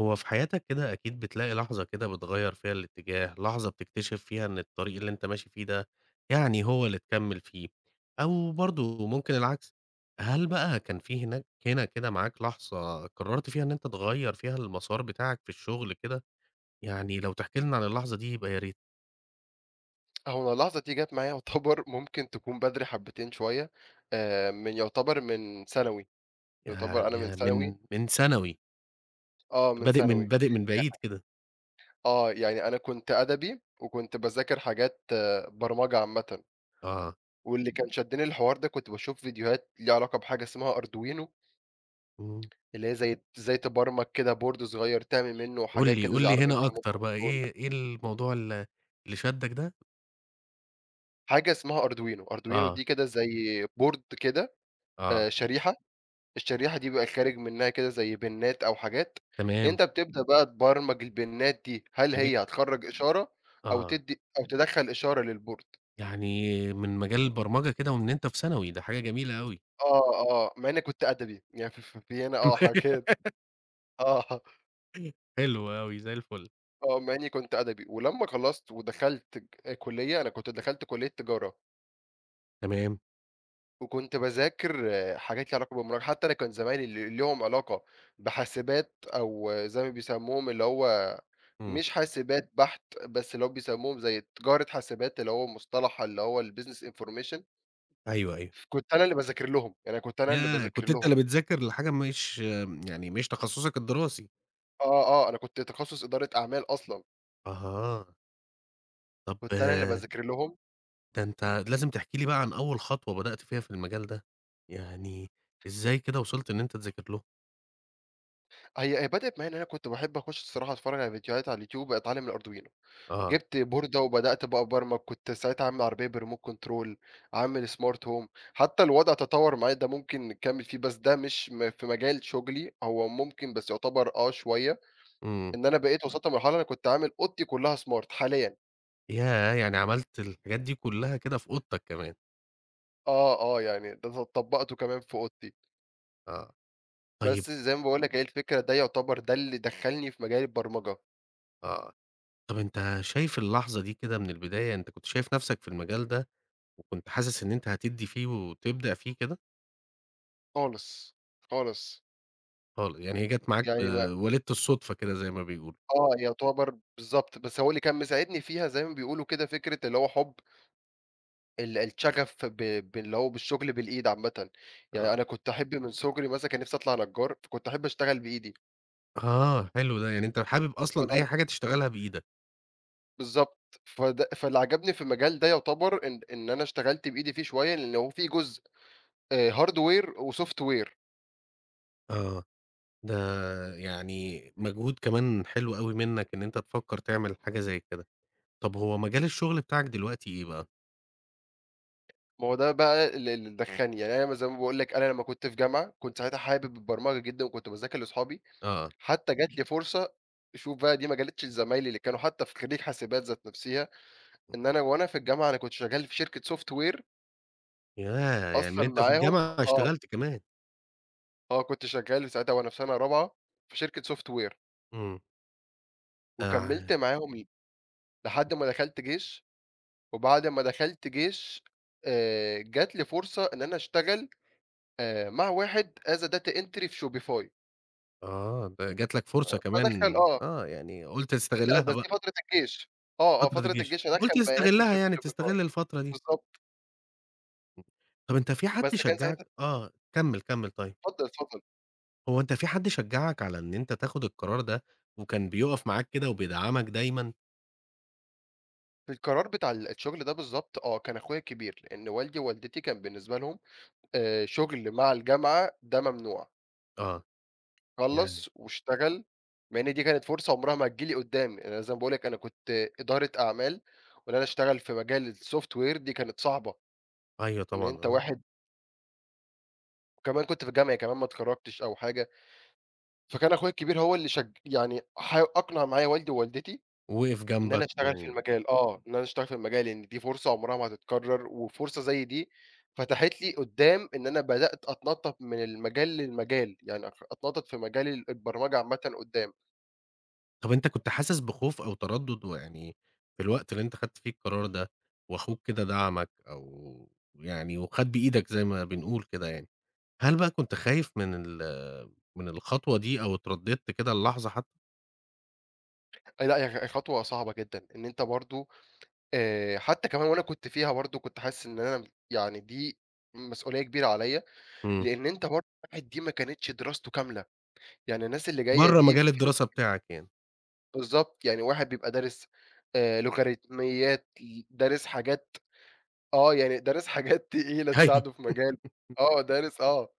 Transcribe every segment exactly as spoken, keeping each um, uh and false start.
هو في حياتك كده أكيد بتلاقي لحظة كده بتغيّر فيها الاتجاه، لحظة بتكتشف فيها إن الطريق اللي أنت ماشي فيه ده يعني هو اللي تكمّل فيه، أو برضه ممكن العكس. هل بقى كان في هناك هنا كده معاك لحظة قررت فيها إن أنت تغيّر فيها المسار بتاعك في الشغل كده؟ يعني لو تحكي لنا عن اللحظة دي يبقى يا ريت. هو اللحظة دي جات معايا يعتبر ممكن تكون بدري حبتين شوية آآ، من يعتبر من ثانوي، يا يعتبر أنا من يا ثانوي. من من ثانوي، آه، من بادئ من ثانوي. بادئ من بعيد يع كده. آه، يعني أنا كنت أدبي وكنت باذاكر حاجات آه، برمجة عامةً، آه، واللي كان شدّني الحوار ده كنت باشوف فيديوهات ليها علاقة بحاجة اسمها Arduino، إمم. اللي هي زي إزاي تبرمج كده board صغير تعمل منه قُل حاجات لي كده قُل زي لي عربية هنا remote أكتر بقى control. إيه إيه الموضوع ال اللي شدّك ده؟ حاجة اسمها Arduino، Arduino آه، دي كده زي board كده، آآ، آه، شريحة. الشريحة دي بيبقى خارج منها كده زي بnenات أو حاجات، تمام. أنت بتبدأ إمم. بقى تبرمج البنات دي، هل هي هتخرّج إشارة أو آه، تدّي أو تدخّل إشارة للboard؟ يعني من مجال البرمجة كده ومن أنت في ثانوي، ده حاجة جميلة أوي. آه، آه، مع إني كنت أدبي، يعني في في في هنا آه حاجات. آه، حلو أوي، زي الفل. آه، مع إني كنت أدبي، ولمّا خلّصت ودخلت ج كُلّية أنا كنت دخلت كُلّية تجارة. تمام، وكنت باذاكر حاجات ليها علاقة بالبرمجة، حتى أنا كان زمايلي اللي ليهم علاقة بحاسبات أو زي ما بيسموهم اللي هو إمم. مش حاسبات بحت، بس اللي هو بيسموهم زي تجارة حاسبات اللي هو مصطلح اللي هو الbusiness information، أيوه، أيوه. كنت أنا اللي باذاكر لهم، يعني كنت أنا اللي ياه! باذاكر كنت أنت لهم. اللي بتذاكر لحاجة مش يعني مش تخصصك الدراسي. آه، آه، أنا كنت تخصُص إدارة أعمال أصلًا، أها، طب كنت أنا اللي آه، باذاكر لهم. ده أنت لازم تحكي لي بقى عن أول خطوة بدأت فيها في المجال ده، يعني إزاي كده وصلت إن أنت تذاكر له؟ هي هي بدأت معايا إن أنا كنت باحب أخُش الصراحة أتفرّج على فيديوهات على اليوتيوب أتعلّم الArduino. آه، جِبت بوردة وبدأت بقى أبرمج، كنت ساعتها عامل عربية بremote control، عامل smart home، حتى الوضع تطوّر معايا ده ممكن نكمّل فيه، بس ده مش م في مجال شغلي، هو ممكن بس يعتبر آه شوية، إمم، إن أنا بقيت إمم. وصلت لمرحلة أنا كنت عامل أوضتي كلّها smart حاليًا، ياه! يعني عملت الحاجات دي كلها كده في أوضتك كمان، آه، آه، يعني ده ط طبّقته كمان في أوضتي، آه، طيب بس زي ما باقول لك هي الفكرة ده يعتبر ده اللي دخّلني في مجال البرمجة. آه. طب أنت شايف اللحظة دي كده من البداية، أنت كنت شايف نَفْسك في المجال ده، وكنت حاسس إن أنت هتدّي فيه وتبدع فيه كده؟ خالص، خالص، خال يعني هي جات معاك ب يعني ما وليدة الصدفة كده زي ما بيقولوا. آه، يعتبر بالضبط، بس هو اللي كان مساعدني فيها زي ما بيقولوا كده فكرة اللي هو حُب ال الشغف ب باللي هو بالشغل بالإيد عامةً، يعني آه. أنا كنت أحب من صغري مثلًا كان نفسي أطلع نجّار، فكنت أحب أشتغل بإيدي، آه، حلو ده، يعني أنت حابب أصلًا فده أي حاجة تشتغلها بإيدك. بالضبط، فده فاللي عجبني في المجال ده يعتبر إن إن أنا اشتغلت بإيدي فيه شوية، لإن هو فيه جزء آآ hardware وsoftware. آه، ده يعني مجهود كمان حلو أوي منّك إن أنت تفكّر تعمل حاجة زي كده. طب هو مجال الشغل بتاعك دلوقتي إيه بقى؟ ما هو ده بقى ال اللي دخّلني، يعني أنا زي ما باقول لك أنا لمّا كنت في جامعة، كنت ساعتها حابب البرمجة جدًا وكنت باذاكر لأصحابي، آه، حتى جات لي فرصة. شوف بقى دي ما جاتش لزمايلي اللي كانوا حتى في خريج حاسبات ذات نفسها، إن أنا وأنا في الجامعة أنا كنت شغال في شركة software ياه! يعني من أصلًا أنت في معاهم. الجامعة آه، اشتغلت كمان. آه كنت شغّال ساعتها وأنا في سنة رابعة في شركة soft ware إمم. وكمّلت ده معاهم لحد ما دخلت جيش، وبعد ما دخلت جيش آآ، جات لي فرصة إن أنا أشتغل آآ، مع واحد as a data entry في Shopify. آه، ده جات لك فرصة فادخّل كمان آه، آه، يعني قُلت لأ تستغلّها بس دي بقى فترة الجيش، آه، آه فترة فترة الجيش، الجيش قُلت أدخّل بيانات في تستغلّها شوب يعني Shopify. تستغل الفترة دي. بالضبط، طَب أنت في حد بس كان شجّعك ساعتها آه، كمّل، كمّل طيب. اتفضل، اتفضل. هو أنت في حد شجّعك على إن أنت تاخُد القرار ده وكان بيُقف معاك كده وبيدعمك دايمًا؟ في القرار بتاع ال الشغل ده بالضبط آه، كان أخويا الكبير، لإن والدي ووالدتي كان بالنسبة لهم آآ، شغل مع الجامعة ده ممنوع. آه، يعني خلّص واشتغل، مع إن دي كانت فرصة عمرها ما هتيجي لي قدّام، أنا زي ما باقول لك أنا كنت إدارة أعمال، وإن أنا أشتغل في مجال الsoftware دي كانت صعبة، أيوه إن طبعًا أنت آه، واحد وكمان كنت في جامعي كمان ما اتخرّجتش أو حاجة، فكان أخويا الكبير هو اللي شج يعني حا أقنع معايا والدي ووالدتي وِقف إن أنا جنبك أشتغل في و المجال، آه، إن أنا أشتغل في المجال، لإن دي فرصة عمرها ما هتتكرر، وفرصة زي دي فتحت لي قدّام إن أنا بدأت أتنطّط من المجال للمجال، يعني أخ أتنطّط في مجال ال البرمجة عامةً قدّام. طَب أنت كنت حاسس بخوف أو تردُّد ويعني في الوقت اللي أنت خدت فيه القرار ده وأخوك كده دعمك أو يعني وخَد بإيدك زي ما بنقول كده يعني؟ هل بقى كنت خايف من ال من الخطوة دي أو اترددت كده للحظة حتى؟ أي لأ، هي هي خطوة صعبة جدًا، إن أنت برضه آآ، حتى كمان وأنا كنت فيها برضه كنت حاسس إن أنا يعني دي مسؤولية كبيرة عليَّ، إمم. لإن أنت برضه الواحد دي ما كانتش دراسته كاملة، يعني الناس اللي جاية برّه دي مجال في الدراسة بتاعك يعني. بالضبط، يعني واحد بيبقى دارس آآ، لوغاريتميات، ل دارس حاجات آه، يعني دارس حاجات تقيلة أيوه. تساعده في مجاله، آه، دارس آه،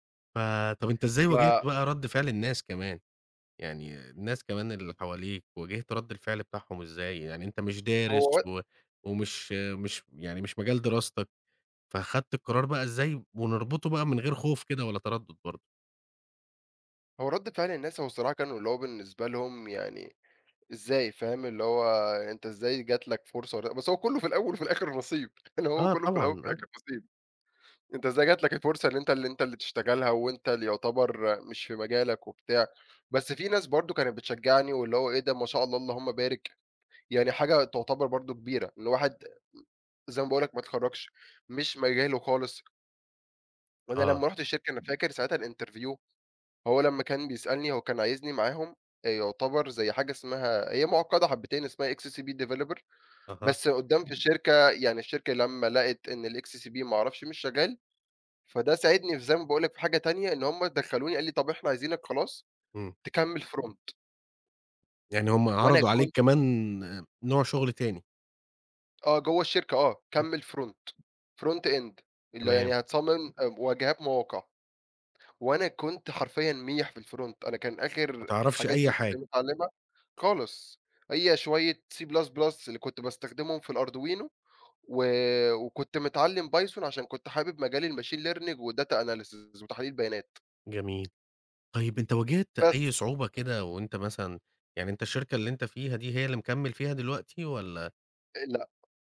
ف طب أنت إزاي واجهت بقى رد فعل الناس كمان؟ يعني الناس كمان اللي حواليك، واجهت رد الفعل بتاعهم إزاي؟ يعني أنت مش دارس فهو و ومش مش يعني مش مجال دراستك، فأخدت القرار بقى إزاي ونربطه بقى من غير خوف كده ولا تردد برضه؟ هو رد فعل الناس هو الصراحة كانوا اللي هو بالنسبة لهم يعني إزاي فاهم، اللي هو أنت إزاي جات لك فرصة ور بس هو كلّه في الأول وفي الآخر نصيب، يعني هو آه كلّه في الأول طبعًا، وفي آه. الآخر نصيب، أنت إزاي جات لك الفرصة اللي أنت اللي أنت اللي تشتغلها وأنت اللي يعتبر مش في مجالك وبتاع، بس في ناس برضه كانت بتشجّعني واللي هو إيه ده ما شاء الله اللهم بارك، يعني حاجة تعتبر برضه كبيرة، إن واحد زي ما باقول لك ما اتخرّجش، مش مجاله خالص، وأنا آه، لمّا رُحت الشركة أنا فاكر ساعتها الinterview، هو لمّا كان بيسألني هو كان عايزني معاهم آآ يعتبر زي حاجة اسمها هي مُعقّدة حبتين اسمها إكس سي بي developer، أها، بس قدّام في الشركة، يعني الشركة لمّا لقت إن الXCB ما أعرفش مش شغال، فده ساعدني في زي ما باقول لك في حاجة تانية، إن هم دخلوني قال لي: "طب إحنا عايزينك خلاص إمم. تكمّل front." يعني هم وأنا عرضوا عليك كنت كمان نوع شغل تاني. آه، جوّه الشركة آه، إمم، كمّل front، front end اللي هو تمام. يعني هتصمم آه، واجهات مواقع، وأنا كنت حرفيًا ميح في الfront، أنا كان ما آخر تعرفش حاجاتي أي اللي كنت حاجة. متعلمها خالص، هي شوية سي بلس بلس اللي كنت باستخدمهم في الArduino و وكنت متعلّم بايثون عشان كنت حابب مجال الmachine learning وdata analysis وتحليل بيانات، جميل. طيب أنت واجهت بس أي صعوبة كده وأنت مثلًا يعني أنت الشركة اللي أنت فيها دي هي اللي مكمّل فيها دلوقتي والّا لأ،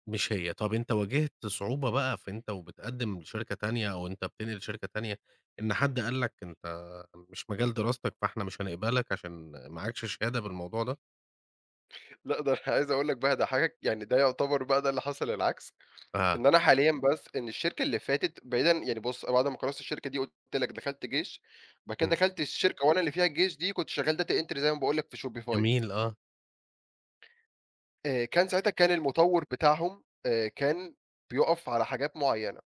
مش هي؟ طب أنت واجهت صعوبة بقى في أنت وبتقدّم لشركة تانية أو أنت بتنقل لشركة تانية، إن حد قال لك أنت مش مجال دراستك فإحنا مش هنقبلك عشان معاكش شهادة بالموضوع ده؟ لأ ده أنا عايز أقول لك بقى ده حاجة يعني ده يعتبر بقى ده اللي حصل العكس، ف إن أنا حاليًا بس إن الشركة اللي فاتت بعيدًا يعني بُص بعد ما خلصت الشركة دي قُلت لك دخلت جيش، بعد كده إمم. دخلت الشركة وأنا اللي فيها الجيش دي كنت شغّال data entry زي ما باقول لك في shopify. جميل آه. آآ، كان ساعتها كان المطوّر بتاعهم آآ، كان بيُقف على حاجات معيّنة.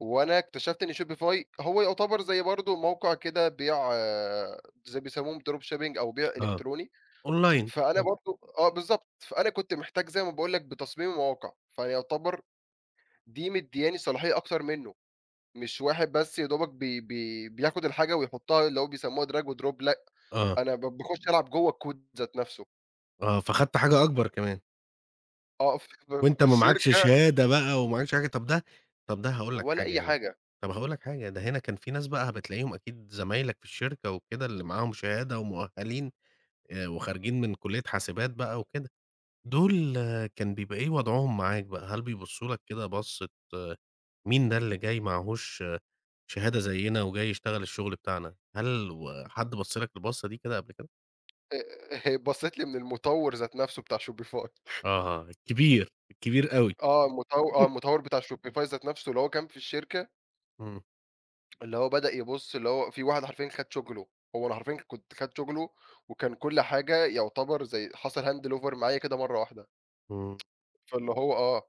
وأنا اكتشفت إن Shopify هو يعتبر زي برضه موقع كده بيع آه، زي بيسموهم drop shipping أو بيع آه. إلكتروني، أونلاين. فأنا إمم. آه. برضه آه بالضبط، فأنا كنت محتاج زي ما باقول لك بتصميم مواقع، فيعتبر دي مدياني صلاحية أكتر منه، مش واحد بس يا دوبك بي بي بياخد الحاجة ويحطها اللي هو بيسموها drag and drop لأ، آه. أنا ب باخش ألعب جوه الكود ذات نفسه، آه. فخدت حاجة أكبر كمان. أقف في وأنت في ما معاكش الشركة شهادة بقى ومعاكش حاجة، طب ده طب ده هاقول لك ولا حاجة أي يعني، حاجة، طب هاقول لك حاجة، ده هنا كان في ناس بقى بتلاقيهم أكيد زمايلك في الشركة وكده اللي معاهم شهادة ومؤهلين آآ وخارجين من كلية حاسبات بقى وكده، دول كان بيبقى إيه وضعهم معاك بقى؟ هل بيبصّوا لك كده بصّة آه، مين ده اللي جاي معاهوش شهادة زيّنا وجاي يشتغل الشغل بتاعنا؟ هل و حد بَص لك البصّة دي كده قبل كده؟ آآ بصّيت لي من المطوّر ذات نفسه بتاع Shopify. آه، كبير، كبير أوي. آه، المطو آه، المطوّر بتاع Shopify ذات نفسه اللي هو كان في الشركة، إمم، اللي هو بدأ يبُص اللي هو في واحد حرفيًا خَد شُغله، هو أنا حرفيًا كنت خَد شُغله وكان كل حاجة يعتبر زي حصل hand over معايا كده مرّة واحدة، إمم. فاللي هو آه،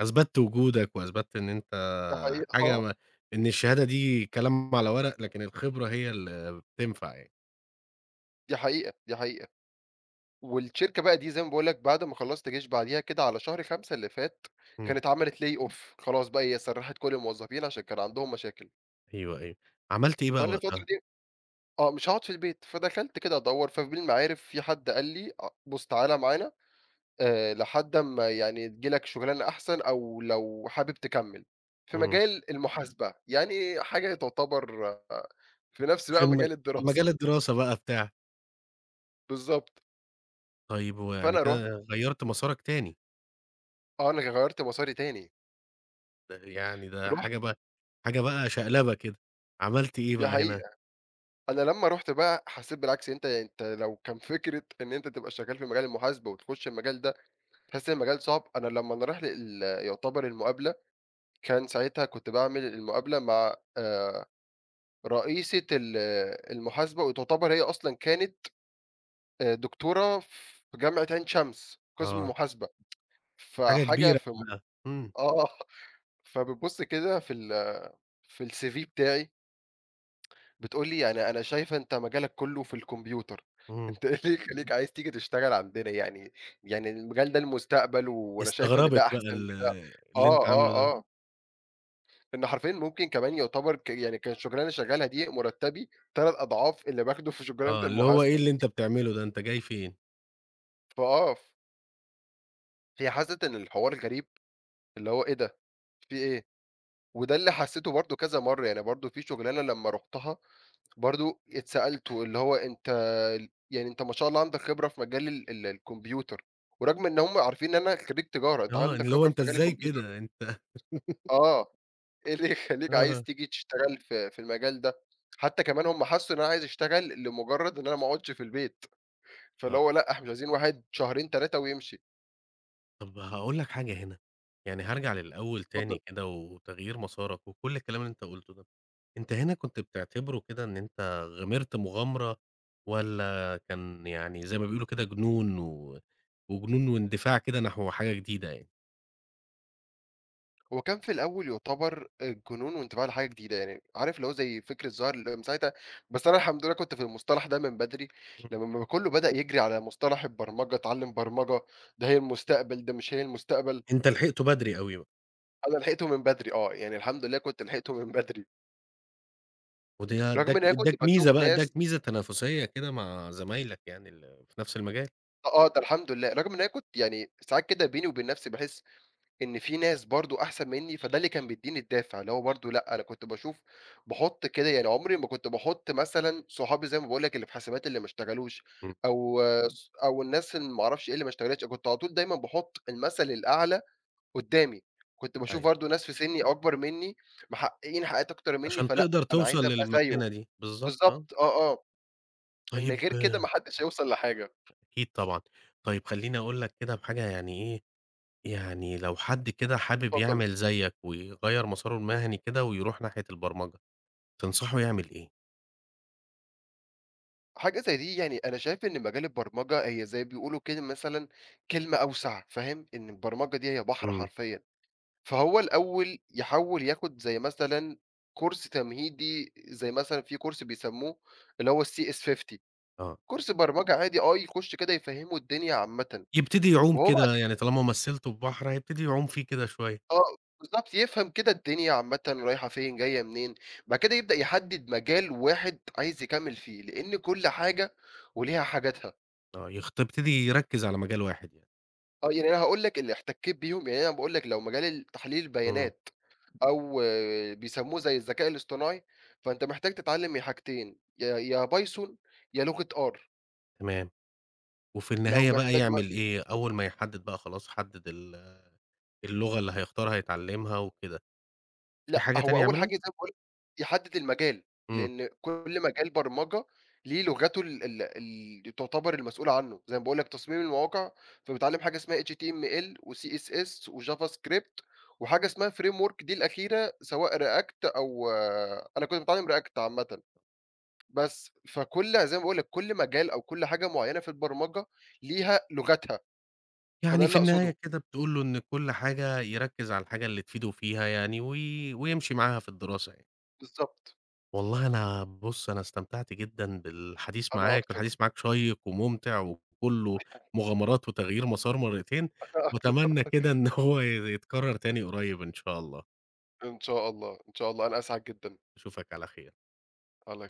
أثبتت وجودك، وأثبتت إن أنت دي حقيقة حاجة آه، ما إن الشهادة دي كلام على ورق، لكن الخبرة هي اللي بتنفع يعني. دي حقيقة، دي حقيقة. والشركة بقى دي زي ما باقول لك بعد ما خلّصت جيش بعديها كده على شهر خمسة اللي فات، إمم، كانت عملت layoff، خلاص بقى هي سرّحت كل الموظفين عشان كان عندهم مشاكل، أيوه، أيوه. عملت إيه بقى فأنا الفترة وقتها؟ دي آه، مش هاقعد في البيت، فدخلت كده أدوّر، فبالمعارف في حد قال لي أ بُص تعالَ معانا آآ لحد أمّا يعني تيجي لك شُغلانة أحسن أو لو حابب تكمّل. في إمم، مجال إمم. المحاسبة، يعني حاجة تعتبر آه، في نفس في بقى الم مجال الدراسة، مجال الدراسة بقى بتاع بالضبط. طيب ويعني فأنا رُحت كده غيّرت مسارك تاني، آه، أنا غيّرت مساري تاني، ده يعني ده رُحت حاجة بقى حاجة بقى شقلبة كده، عملت إيه دي بقى هنا؟ حقيقة. أنا لمّا رُحت بقى حسّيت بالعكس، أنت يعني أنت لو كان فكرة إن أنت تبقى شغّال في مجال المحاسبة وتخُش المجال ده، تحس إن المجال صعب، أنا لمّا أنا رايح لل يعتبر المقابلة، كان ساعتها كنت باعمل المقابلة مع آآ رئيسة ال المحاسبة وتعتبر هي أصلًا كانت آآ دكتورة في جامعة عين شمس، قسم آه، محاسبة، حاجة فحاجة كبيرة في م بقى. إمم، آه، فبتبُص كده في ال في الCV بتاعي بتقول لي: "يعني أنا شايفة أنت مجالك كلّه في الكمبيوتر، إمم، أنت إيه اللي يخلّيك عايز تيجي تشتغل عندنا يعني؟ يعني المجال ده المستقبل وأنا شايفة إن استغربت ده بقى أحسن ال بتاع." اللي أنت آه، عامله آه، ده، آه، إن حرفيًا ممكن كمان يعتبر ك يعني كان الشغلانة اللي شغالها دي مرتبي تلات أضعاف اللي باخده في شغلانة آه، اللي هو إيه المحاسبة، اللي أنت بتعمله ده، أنت جاي فين؟ فآه، هي حست إن الحوار غريب، اللي هو إيه ده، في إيه؟ وده اللي حسّيته برضه كذا مرّة، يعني برضه في شُغلانة لمّا رُحتها برضه اتسألت واللي هو أنت ال يعني أنت ما شاء الله عندك خبرة في مجال ال ال الكمبيوتر، ورغم إن هم عارفين إن أنا خرّيج تجارة، أنت آه، عندك اللي هو خبرة في أنت مجال إزاي الكمبيوتر كده؟ أنت آه، إيه اللي يخلّيك عايز آه، تيجي تشتغل في في المجال ده؟ حتى كمان هم حسّوا إن أنا عايز أشتغل لمجرّد إن أنا ما أقعدش في البيت، فاللي آه، هو لأ، إحنا مش عايزين واحد شهرين تلاتة ويمشي، طب هاقول لك حاجة هنا، يعني هارجع للأول اتفضل. تاني كده وتغيير مسارك وكل الكلام اللي أنت قُلته ده، أنت هنا كنت بتعتبره كده إن أنت غامرت مغامرة والّا كان يعني زي ما بيقولوا كده جنون و وجنون واندفاع كده نحو حاجة جديدة يعني؟ هو كان في الأول يُعتبر آآ جنون وانتباه لحاجة جديدة، يعني عارف اللي هو زي فكر الظاهر اللي من ساعتها، بس أنا الحمد لله كنت في المصطلح ده من بدري، إمم، لمّا كُلّه بدأ يجري على مصطلح البرمجة، اتعلم برمجة، ده هي المستقبل، ده مش هي المستقبل، أنت لحقته بدري أوي بقى، أنا لحقته من بدري آه، يعني الحمد لله كنت لحقته من بدري، وده رغم ادّاك إن أنا كنت ادّاك ميزة باشوف بقى، ناس ادّاك ميزة تنافسية كده مع زمايلك يعني ال في نفس المجال. آه، آه، ده الحمد لله، رغم إن أنا كنت يعني ساعات كده بيني وبين نفسي باحس إن في ناس برضه أحسن منّي، فده اللي كان بيدّيني الدافع، اللي هو برضه لأ، أنا كنت باشوف باحُط كده يعني عمري ما كنت باحُط مثلًا صحابي زي ما باقول لك اللي في حاسبات اللي ما اشتغلوش إمم، أو إمم. ص أو الناس اللي ما أعرفش إيه اللي ما اشتغلتش، كنت على طول دايمًا باحُط المَثل الأعلى قُدّامي، كنت باشوف أيوه، برضه ناس في سِنّي إمم. أكبر منّي محققين حاجات أكتر منّي، عشان فلأ، تقدر أنا عايز توصل إمم. أبقى زيّه، للمكانة دي، بالضبط، آه. بالضبط، آه، آه، إن طيب غير كده ما آه، حدش هيوصل لحاجة، أكيد طبعًا. طيب خلّيني أقول لك كده بحاجة يعني إيه، يعني لو حد كده حابب اتفضل. يعمل زيّك ويغيّر مساره المهني كده ويروح ناحية البرمجة، تنصحه يعمل إيه؟ حاجة زي دي يعني أنا شايف إن مجال البرمجة هي زي بيقولوا كده مثلًا كلمة أوسع، فاهم؟ إن البرمجة دي هي بحر إمم، حرفيًا، فهو الأول يحاول ياخد زي مثلًا كورس تمهيدي زي مثلًا في كورس بيسموه اللي هو الCS50، آه. كورس برمجة عادي آه، يخش كده يفهمه الدنيا عامةً، يبتدي يعوم وهو بعد كده يعني طالما مثّلته في بحر هيبتدي يعوم فيه كده شوية. آه، بالضبط يفهم كده الدنيا عامةً رايحة فين، جاية منين، بعد كده يبدأ يحدد مجال واحد عايز يكمل فيه، لإن كل حاجة وليها حاجاتها. آه، يخت يبتدي يركّز على مجال واحد يعني. آه، يعني أنا هاقول لك اللي احتكيت بيهم، يعني أنا باقول لك لو مجال ال تحليل إمم، البيانات أو آه، بيسموه زي الذكاء الاصطناعي، فأنت محتاج تتعلّم يا حاجتين، يا يا بايثون يا لغة آر، تمام. وفي لو النهاية بقى محتاج يعمل إيه؟ أول ما يحدد بقى خلاص حدد ال اللغة اللي هيختارها يتعلّمها وكده، في لأ، حاجة هو تانية أول حاجة يعملها؟ زي ما باقول لك يحدد المجال، إمم. لإن كل مجال برمجة ليه لغته ال ال اللي تعتبر المسؤولة عنه، زي ما باقول لك تصميم المواقع فبيتعلم حاجة اسمها H T M L وCSS وJavaScript وحاجة اسمها framework دي الأخيرة سواء React أو أنا كنت باتعلم React عامةً، بس فكل زي ما باقول لك كل مجال أو كل حاجة معينة في البرمجة ليها لغتها، فده يعني في اللي أقصده. النهاية كده بتقول له إن كل حاجة يركّز على الحاجة اللي تفيده فيها يعني وي ويمشي معاها في الدراسة يعني. بالضبط، والله أنا بُص، أنا استمتعت جدًا بالحديث أنا معاك، أكتر، والحديث معاك شيّق وممتع وكُلّه مغامرات وتغيير مسار مرّتين، أنا أكتر، وأتمنى كده إن هو ي يتكرر تاني قريب إن شاء الله، إن شاء الله، إن شاء الله، أنا أسعد جدًا، أشوفك على خير. على خير.